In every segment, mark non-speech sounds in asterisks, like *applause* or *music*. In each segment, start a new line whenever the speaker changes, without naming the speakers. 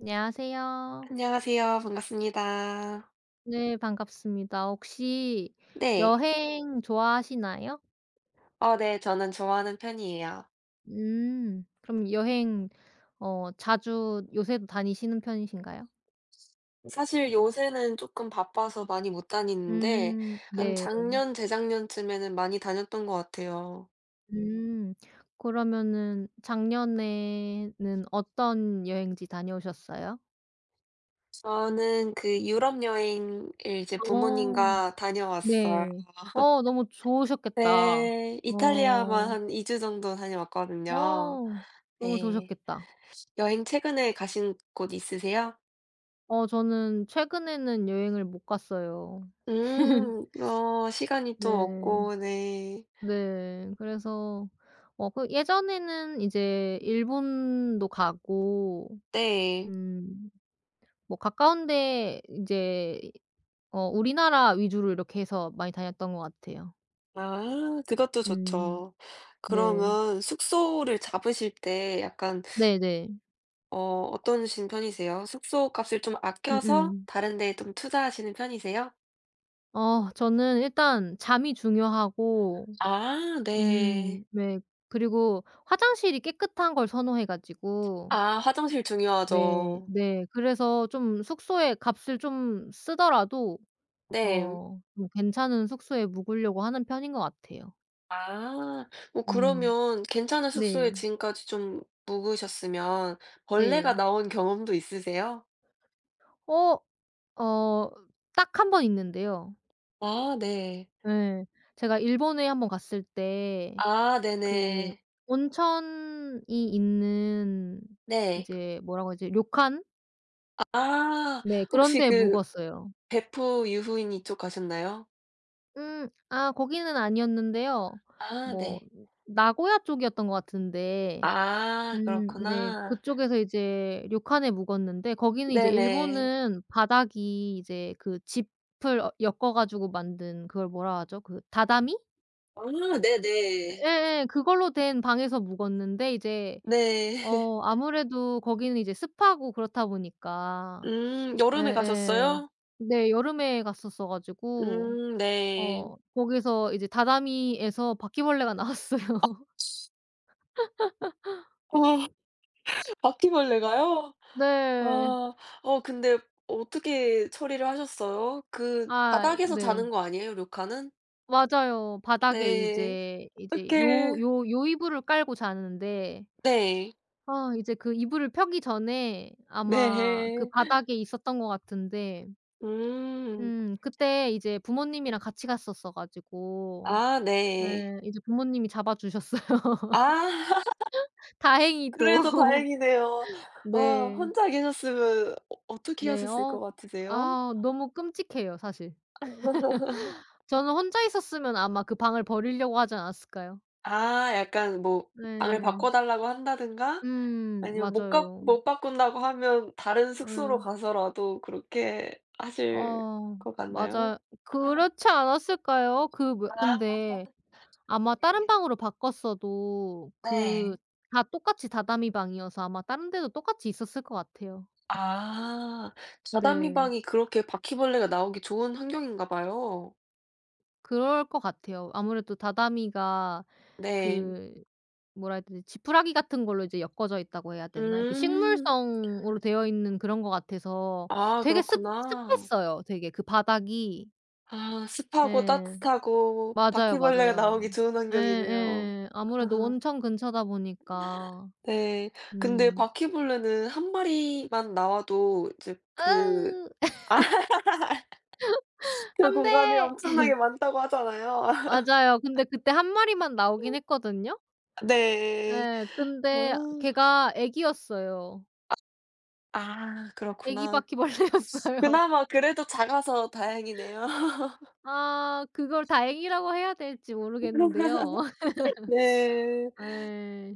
안녕하세요.
안녕하세요. 반갑습니다.
네, 반갑습니다. 혹시
네.
여행 좋아하시나요?
네. 저는 좋아하는 편이에요.
음. 그럼 여행 자주 요새도 다니시는 편이신가요?
사실 요새는 조금 바빠서 많이 못 다니는데
음,
한
네.
작년, 재작년쯤에는 많이 다녔던 것 같아요.
음. 그러면은 작년에는 어떤 여행지 다녀오셨어요?
저는 그 유럽 여행을 이제
어,
부모님과 다녀왔어요.
네. 너무 좋으셨겠다.
네. 이탈리아만
어.
한 2주 주 정도 다녀왔거든요.
어 너무
네.
좋으셨겠다.
여행 최근에 가신 곳 있으세요?
저는 최근에는 여행을 못 갔어요. *laughs*
음. 어 시간이 또
네.
없고 네.
네, 그래서 그 예전에는 이제 일본도 가고
네.
음 뭐 가까운 데 이제 우리나라 위주로 이렇게 해서 많이 다녔던 것 같아요.
아 그것도
음.
좋죠.
네.
그러면 숙소를 잡으실 때 약간
네네.
어 어떠신 편이세요? 숙소 값을 좀 아껴서
음음.
다른 데에 좀 투자하시는 편이세요?
저는 일단 잠이 중요하고
아 네.
음, 네. 그리고 화장실이 깨끗한 걸 선호해 가지고
아 화장실
네,
중요하죠.
네, 그래서 좀 숙소에 값을 좀 쓰더라도
네.
좀 괜찮은 숙소에 묵으려고 하는 편인 것 같아요.
아 뭐
음.
그러면 괜찮은 숙소에
네.
지금까지 좀 묵으셨으면 벌레가
네.
나온 경험도 있으세요?
어 어 딱 한 번 있는데요.
아 네.
예. 제가 일본에 한번 갔을 때
아
그
네네.
온천이 있는
네.
이제 뭐라고 하지? 료칸?
아
네, 그런
혹시
데에
그
묵었어요.
베프 유후인 이쪽 가셨나요?
아, 거기는 아니었는데요.
아
뭐
네.
나고야 쪽이었던 것 같은데
아
음, 네.
그렇구나.
그쪽에서 이제 료칸에 묵었는데 거기는 이제
네네.
일본은 바닥이 이제 그 짚을 엮어 가지고 만든 그걸 뭐라 하죠? 그 다다미?
아 네네.
예예. 그걸로 된 방에서 묵었는데 이제
네. *laughs*
아무래도 거기는 이제 습하고 그렇다 보니까
여름에
예예.
가셨어요?
네, 여름에 갔었어 가지고
네.
거기서 이제 다다미에서 바퀴벌레가 *laughs* 나왔어요.
아 바퀴벌레가요?
네.
와. 어 근데 어떻게 처리를 하셨어요? 그
아,
바닥에서
네.
자는 거 아니에요, 료카는?
맞아요. 바닥에
네.
이제
어떡해.
요 이불을 깔고 자는데
네.
아, 이제 그 이불을 펴기 전에 아마 그
네.
바닥에 있었던 것 같은데
음.
그때 이제 부모님이랑 같이 갔었어 가지고
아 네.
예, 이제 부모님이 잡아 주셨어요.
아. *laughs*
다행히도.
그래도
*laughs*
다행이네요. 와
네.
혼자 계셨으면 어떻게
네.
하셨을 것 같으세요?
아, 너무 끔찍해요, 사실.
*laughs*
저는 혼자 있었으면 아마 그 방을 버리려고 하지 않았을까요?
아 약간 뭐 방을 바꿔
네.
달라고 한다든가
음,
아니면
맞아요.
못 바꾼다고 하면 다른 숙소로
예.
가서라도 그렇게 하실
어
것 같나요?
맞아요. 그렇지 않았을까요? 그 뭐
아.
근데
*laughs*
아마 다른 방으로 바꿨어도 그
네.
다 똑같이 다다미 방이어서 아마 다른 데도 똑같이 있었을 것 같아요.
아. 자다미
네.
방이 그렇게 바퀴벌레가 나오기 좋은 환경인가 봐요.
그럴 것 같아요. 아무래도 다다미가
네.
그 뭐라 해야 되지? 지푸라기 같은 걸로 이제 엮어져 있다고 해야 되나? 이렇게
음.
식물성으로 되어 있는 그런 것 같아서
아
되게 습
그렇구나.
습했어요, 되게 그 바닥이.
아 습하고
예.
따뜻하고
맞아요,
바퀴벌레가 나오기
맞아요.
좋은 환경이네요.
예예.
*laughs*
아무래도
아,
온천 근처다 보니까.
네. 근데
음.
바퀴벌레는 한 마리만 나와도 이제 그
"으으
아. *laughs* 그
안
공간이
돼."
엄청나게 많다고 하잖아요. *laughs*
맞아요. 근데 그때 한 마리만 나오긴 했거든요.
네.
예. 근데
아.
걔가 애기였어요.
아
애기
그렇구나.
바퀴벌레였어요.
그나마 그래도 작아서 다행이네요.
아, 그걸 다행이라고 해야 될지 모르겠는데요.
*laughs*
*laughs*
네.
예,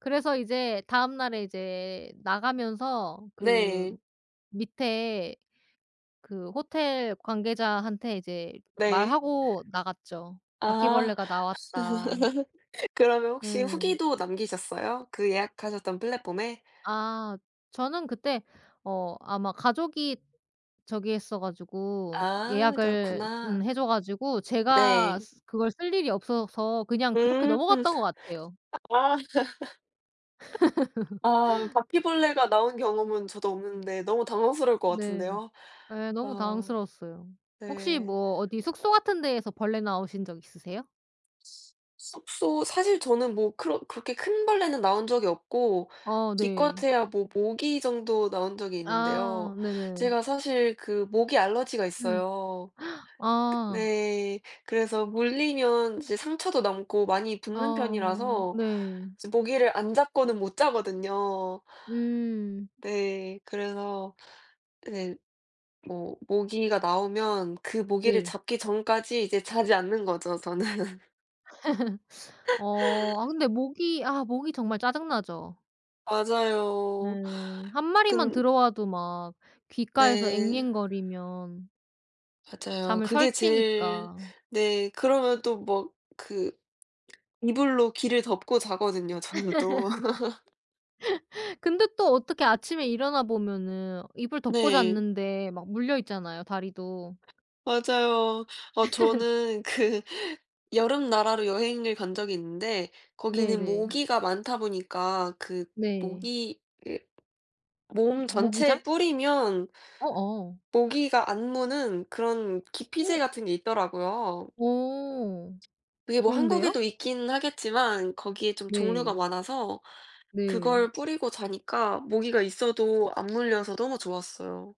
그래서 이제 다음날에 이제 나가면서 그
네.
밑에 그 호텔 관계자한테 이제
네.
말하고 나갔죠.
아
"바퀴벌레가 나왔다."
그러면 혹시
음,
후기도 남기셨어요? 그 예약하셨던 플랫폼에?
아, 저는 그때 아마 가족이 저기 했어 가지고
아
예약을
그렇구나.
해 줘 가지고
네.
제가 쓰 그걸 쓸 일이 없어서 그냥 그렇게
음.
넘어갔던 것 같아요.
아. 아 바퀴벌레가 나온 경험은 저도 없는데 너무 당황스러울 것
네.
같은데요.
예, 너무
아
당황스러웠어요. 혹시
네.
뭐 어디 숙소 같은 데에서 벌레 나오신 적 있으세요?
숙소 사실 저는 뭐그 그렇게 큰 벌레는 나온 적이 없고
어, 네.
기껏해야 뭐 모기 정도 나온 적이 있는데요.
아, 네네.
제가 사실 그 모기 알러지가
음.
있어요.
아.
네. 그래서 물리면 이제 상처도 남고 많이 붓는
아,
편이라서
네.
이제 모기를 안 잡고는 못 자거든요.
음,
네. 그래서 네. 뭐 모기가 나오면 그 모기를
네.
잡기 전까지 이제 자지 않는 거죠 저는. *laughs*
아, 근데 모기 정말 짜증나죠. 네,
맞아요.
한 마리만
근
들어와도 막 귓가에서
네.
앵앵거리면
맞아요.
잠을
그게 제일
설치니까.
네 그러면 또 뭐 그 이불로 귀를 덮고 자거든요 저는 또. *laughs*
근데 또 어떻게 아침에 일어나 보면은 이불 덮고
네.
잤는데 막 물려 있잖아요, 다리도.
맞아요. 어 저는 그 여름 나라로 여행을 간 적이 있는데 거기는
네네.
모기가 많다 보니까 그
네.
모기 그 몸
모기장?
전체에 뿌리면
어어.
모기가 안 무는 그런 기피제
어,
같은 게 있더라고요.
어.
그게 뭐
좋은데요?
한국에도 있긴 하겠지만 거기에 좀 종류가
네.
많아서
네.
그걸 뿌리고 자니까 모기가 있어도 안 물려서 너무 좋았어요.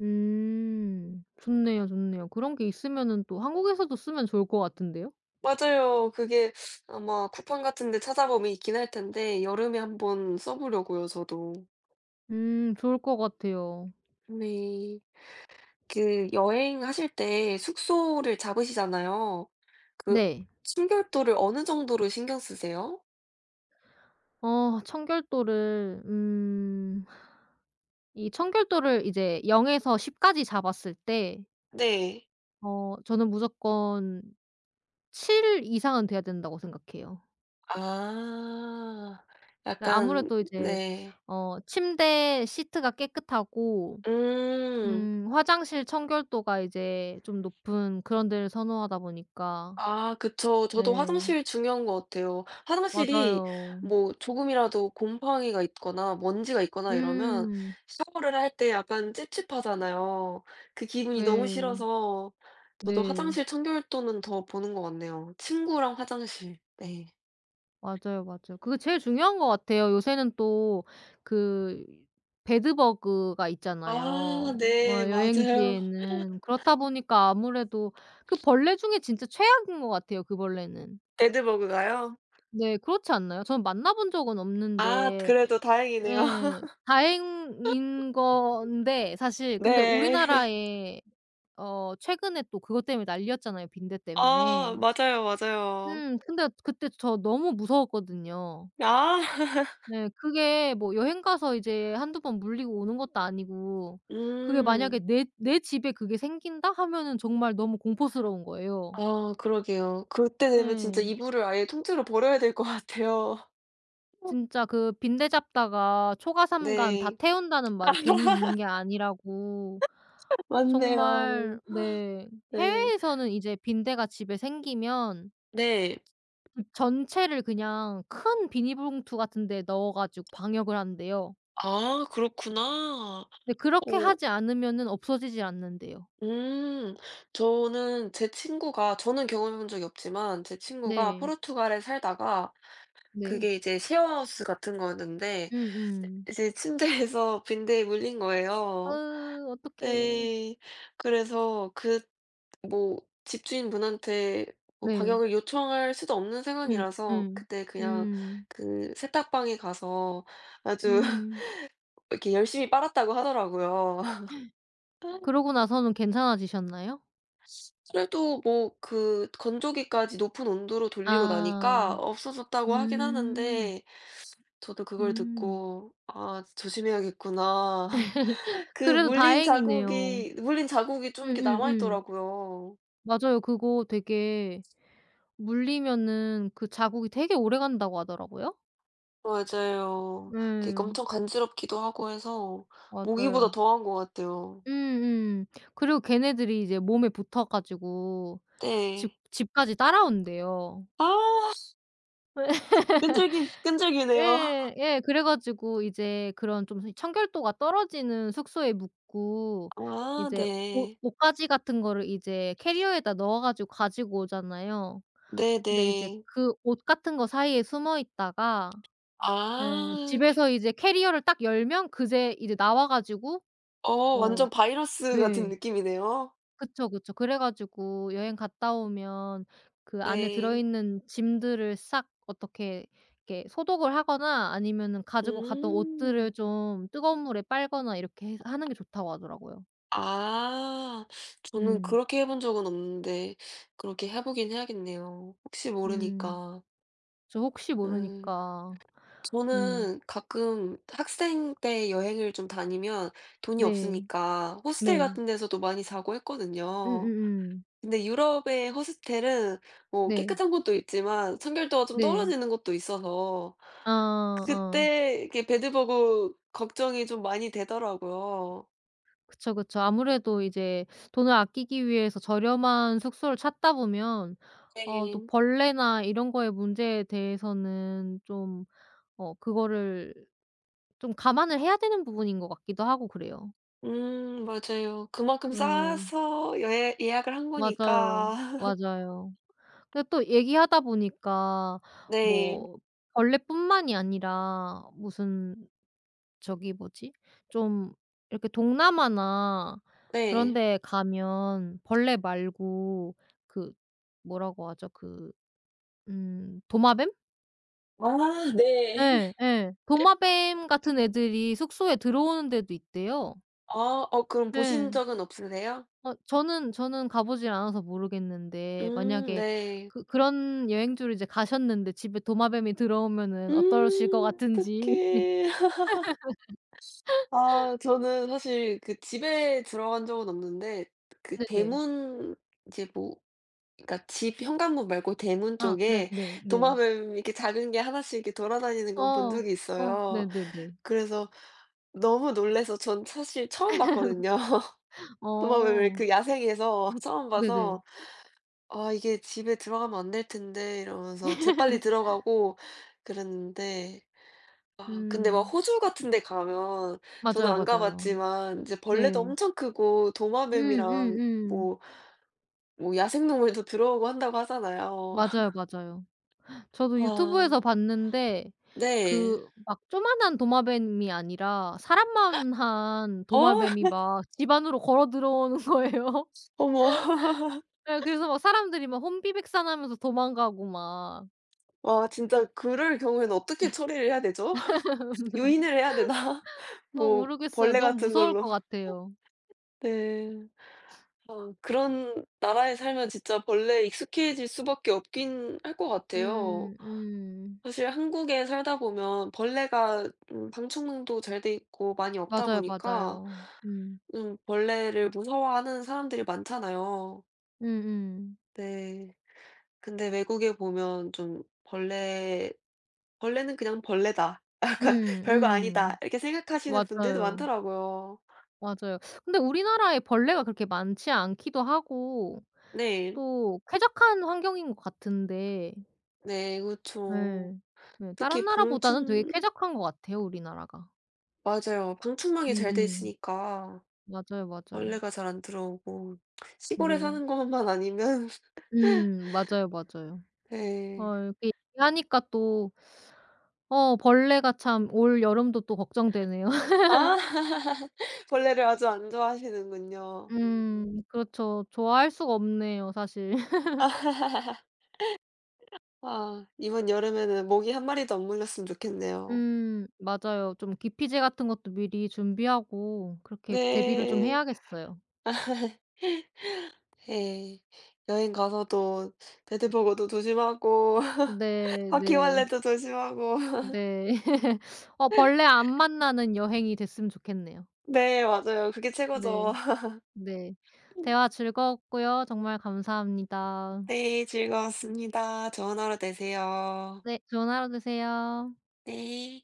음. 좋네요, 좋네요. 그런 게 있으면은 또 한국에서도 쓰면 좋을 것 같은데요?
맞아요. 그게 아마 쿠팡 같은 데 찾아보면 있긴 할 텐데 여름에 한번 써 보려고요, 저도.
음, 좋을 것 같아요.
네. 그 여행하실 때 숙소를 잡으시잖아요. 그
네.
청결도를 어느 정도로 신경 쓰세요?
어 청결도를 이 청결도를 이제 0 에서 10 까지 잡았을 때
네.
저는 무조건 7 이상은 돼야 된다고 생각해요.
아.
근데
약간
아무래도 이제
네.
침대 시트가 깨끗하고
음.
화장실 청결도가 이제 좀 높은 그런 데를 선호하다 보니까
아 그쵸. 저도
네.
화장실 중요한 것 같아요. 화장실이
맞아요.
뭐 조금이라도 곰팡이가 있거나 먼지가 있거나 이러면
음.
샤워를 할 때 약간 찝찝하잖아요. 그 기분이 너무
네.
싫어서 저도
네.
화장실 청결도는 더 보는 것 같네요. 친구랑 화장실. 네.
맞아요, 맞아요. 그게 제일 중요한 것 같아요. 요새는 또 그 배드버그가
아
있잖아요,
네. 맞아요.
여행지에는. 그렇다 보니까 아무래도 그 벌레 중에 진짜 최악인 것 같아요, 그 벌레는.
데드버그가요?
네. 그렇지 않나요? 저는 만나본 적은
아
없는데
그래도 다행이네요.
예. 다행인 건데 사실
*laughs*
근데
네.
우리나라에 최근에 또 그것 때문에 난리였잖아요, 빈대
아
때문에.
맞아요, 맞아요.
근데 그때 저 너무 무서웠거든요.
아. *laughs*
네, 그게 뭐 여행 가서 이제 한두 번 물리고 오는 것도 아니고 그게
음.
만약에 내 집에 그게 생긴다 하면은 정말 너무 공포스러운 거예요.
아 그러게요. 그때 되면 진짜
예,
이불을 아예 통째로 버려야 될 것 같아요.
진짜 그 빈대 잡다가 초가삼간 다
네.
태운다는 말이 괜히 있는
*laughs*
게 아니라고
맞네요.
정말. 네,
네.
해외에서는 이제 빈대가 집에 생기면
네.
그 전체를 그냥 큰 비닐봉투 같은 데 넣어 가지고 방역을 한대요.
아 그렇구나.
네, 그렇게
오
하지 않으면은 없어지지 않는데요.
음. 저는 제 친구가 저는 경험해 본 적이 없지만 제 친구가
네.
포르투갈에 살다가
네.
그게 이제 쉐어하우스 같은 거였는데
음음.
이제 침대에서 빈대에 물린 거예요.
아으 어떡해.
네. 그래서 그 뭐 집주인분한테 뭐
네.
방역을 요청할 수도 없는
예. 예.
상황이라서
음.
그때 그냥 그 세탁방에 가서 아주
음.
*laughs* 이렇게 열심히 빨았다고 하더라고요. *laughs*
그러고 나서는 괜찮아지셨나요?
그래도 뭐 그 건조기까지 높은 온도로 돌리고 나니까
아.
없어졌다고 하긴
음.
하는데 저도 그걸
음.
듣고 '아 조심해야겠구나.' *laughs* 그
그래도 다행이네요.
물린 자국이 좀 이렇게 남아
음음음.
있더라고요.
맞아요. 그거 되게 물리면은 그 자국이 되게 오래간다고 하더라고요.
맞아요. 이게
네.
엄청 간지럽기도 하고 해서 모기보다
맞아요.
더한 것 같아요.
음음. 그리고 걔네들이 이제 몸에 붙어 가지고 집
네.
집까지 따라온대요.
아 끈질긴 끈질기네요.
예. 예, 그래 가지고 이제 그런 좀 청결도가 떨어지는 숙소에 묵고
*laughs* 아
이제 옷
네.
옷가지 같은 거를 이제 캐리어에다 넣어 가지고 가지고 오잖아요. 근데 이제
네네.
그 옷 같은 거 사이에 숨어 있다가 예,
아.
집에서 이제 캐리어를 딱 열면 그제 이제 나와 가지고
어
어,
완전 바이러스 같은
네.
느낌이네요.
그쵸, 그쵸. 그래 가지고 여행 갔다 오면 그 안에
네.
들어있는 짐들을 싹 어떻게 이렇게 소독을 하거나 아니면은 가지고 갔던
음.
옷들을 좀 뜨거운 물에 빨거나 이렇게 해 하는 게 좋다고 하더라고요.
아. 저는
음.
그렇게 해본 적은 없는데 그렇게 해 보긴 해야겠네요. 혹시
음.
모르니까.
저 혹시
음.
모르니까. 음.
저는 가끔 학생 때 여행을 좀 다니면 돈이
네.
없으니까 호스텔
네.
같은 데서도 많이 자고 했거든요.
음음음.
근데 유럽의 호스텔은 뭐
네.
깨끗한 곳도 있지만 청결도가 좀
네.
떨어지는 곳도 있어서
아, 어.
그때 이게 배드버그 걱정이 좀 많이 되더라고요.
그쵸, 그쵸. 아무래도 이제 돈을 아끼기 위해서 저렴한 숙소를 찾다 보면 또
네.
벌레나 이런 거의 문제에 대해서는 좀 그거를 좀 감안을 해야 되는 부분인 것 같기도 하고 그래요.
맞아요. 그만큼
네.
싸서 예, 예약을 한
맞아요.
거니까. *laughs*
맞아요. 근데 또 얘기하다 보니까
네.
뭐 벌레뿐만이 아니라 무슨 저기 뭐지? 좀 이렇게 동남아나 그런
네.
데 가면 벌레 말고 그 뭐라고 하죠? 그 도마뱀?
아 네.
예,
*laughs*
예. 도마뱀 같은 애들이 숙소에 들어오는 데도 있대요.
아, 어, 그럼 보신
네,
적은 없으세요?
저는 가 보질 않아서 모르겠는데 만약에
네.
그런 여행지로 이제 가셨는데 집에 도마뱀이 들어오면은 어떠실 것 같은지.
어떡해. *laughs* 아 저는 사실 그 집에 들어간 적은 없는데 그
네네.
대문 이제 뭐 그러니까 집 현관문 말고 대문
아,
쪽에
네네 네.
도마뱀 이렇게 작은 게 하나씩 이렇게 돌아다니는 건 본
어.
적이
어,
있어요.
네네네.
그래서 너무 놀라서 전 사실 처음 봤거든요. *laughs* 도마뱀을
어.
그 야생에서 *laughs* 처음 봐서
네네.
'아 이게 집에 들어가면 안 될 텐데.' 이러면서 재빨리 들어가고 그랬는데 아 근데 막
음.
호주 같은 데 가면 저는
맞아요,
안 가
맞아요.
봤지만 이제 벌레도
네.
엄청 크고 도마뱀이랑
음음음.
뭐 뭐 야생동물도 들어오고 한다고 하잖아요.
맞아요, 맞아요. 저도
아
유튜브에서 봤는데
네.
그 막 조만한 도마뱀이 아니라 사람만한
어
도마뱀이
*laughs*
막 집 안으로 걸어 들어오는 거예요. *laughs*
어머.
예, 그래서 막 사람들이 막 혼비백산하면서 도망가고 막
와 진짜 그럴 경우에는 어떻게 처리를 해야 되죠? *laughs* 유인을 해야 되나? *laughs* 뭐
모르겠어요.
벌레
너무
같은
무서울
걸로.
것 같아요.
네. 아 그런 나라에 살면 진짜 벌레에 익숙해질 수밖에 없긴 할 것 같아요.
음. 음.
사실 한국에 살다 보면 벌레가 방충망도 잘 돼 있고 많이 없다
맞아요,
보니까
맞아요. 음.
벌레를 무서워하는 사람들이 많잖아요.
음음.
네. 근데 외국에 보면 좀 벌레 '벌레는 그냥 벌레다.
음.
*laughs* 약간 별거
음.
아니다.'
음.
이렇게 생각하시는 분들도
맞아요.
많더라고요.
맞아요. 근데 우리나라에 벌레가 그렇게 많지 않기도 하고
네.
또 쾌적한 환경인 것 같은데
네 그렇죠
예. 네,
특히
다른 나라보다는 되게
방충
쾌적한 것 같아요, 우리나라가.
맞아요. 방충망이 잘 돼
음음.
있으니까
맞아요, 맞아요.
벌레가 잘 안 들어오고 시골에
네.
사는 것만 아니면
음, 맞아요, 맞아요.
*laughs* 네.
이렇게 얘기하니까 또 벌레가 참 올 여름도 또 걱정되네요. *laughs*
아 *laughs* 벌레를 아주 안 좋아하시는군요.
음, 그렇죠. 좋아할 수가 없네요, 사실. *laughs*
아 *laughs* 아, 이번 여름에는 모기 한 마리도 안 물렸으면 좋겠네요.
음, 맞아요. 좀 기피제 같은 것도 미리 준비하고 그렇게 대비를 좀
네.
해야겠어요.
예. 여행 가서도 베드버거도 조심하고 *laughs*
네, 네.
바퀴벌레도 조심하고 *laughs*
네. *laughs* 벌레 안 만나는 여행이 됐으면 좋겠네요.
네 맞아요. 그게 최고죠.
네. 네. 대화
*laughs*
즐거웠고요. 정말 감사합니다.
네 즐거웠습니다. 좋은 하루 되세요.
네. 좋은 하루 되세요.
네.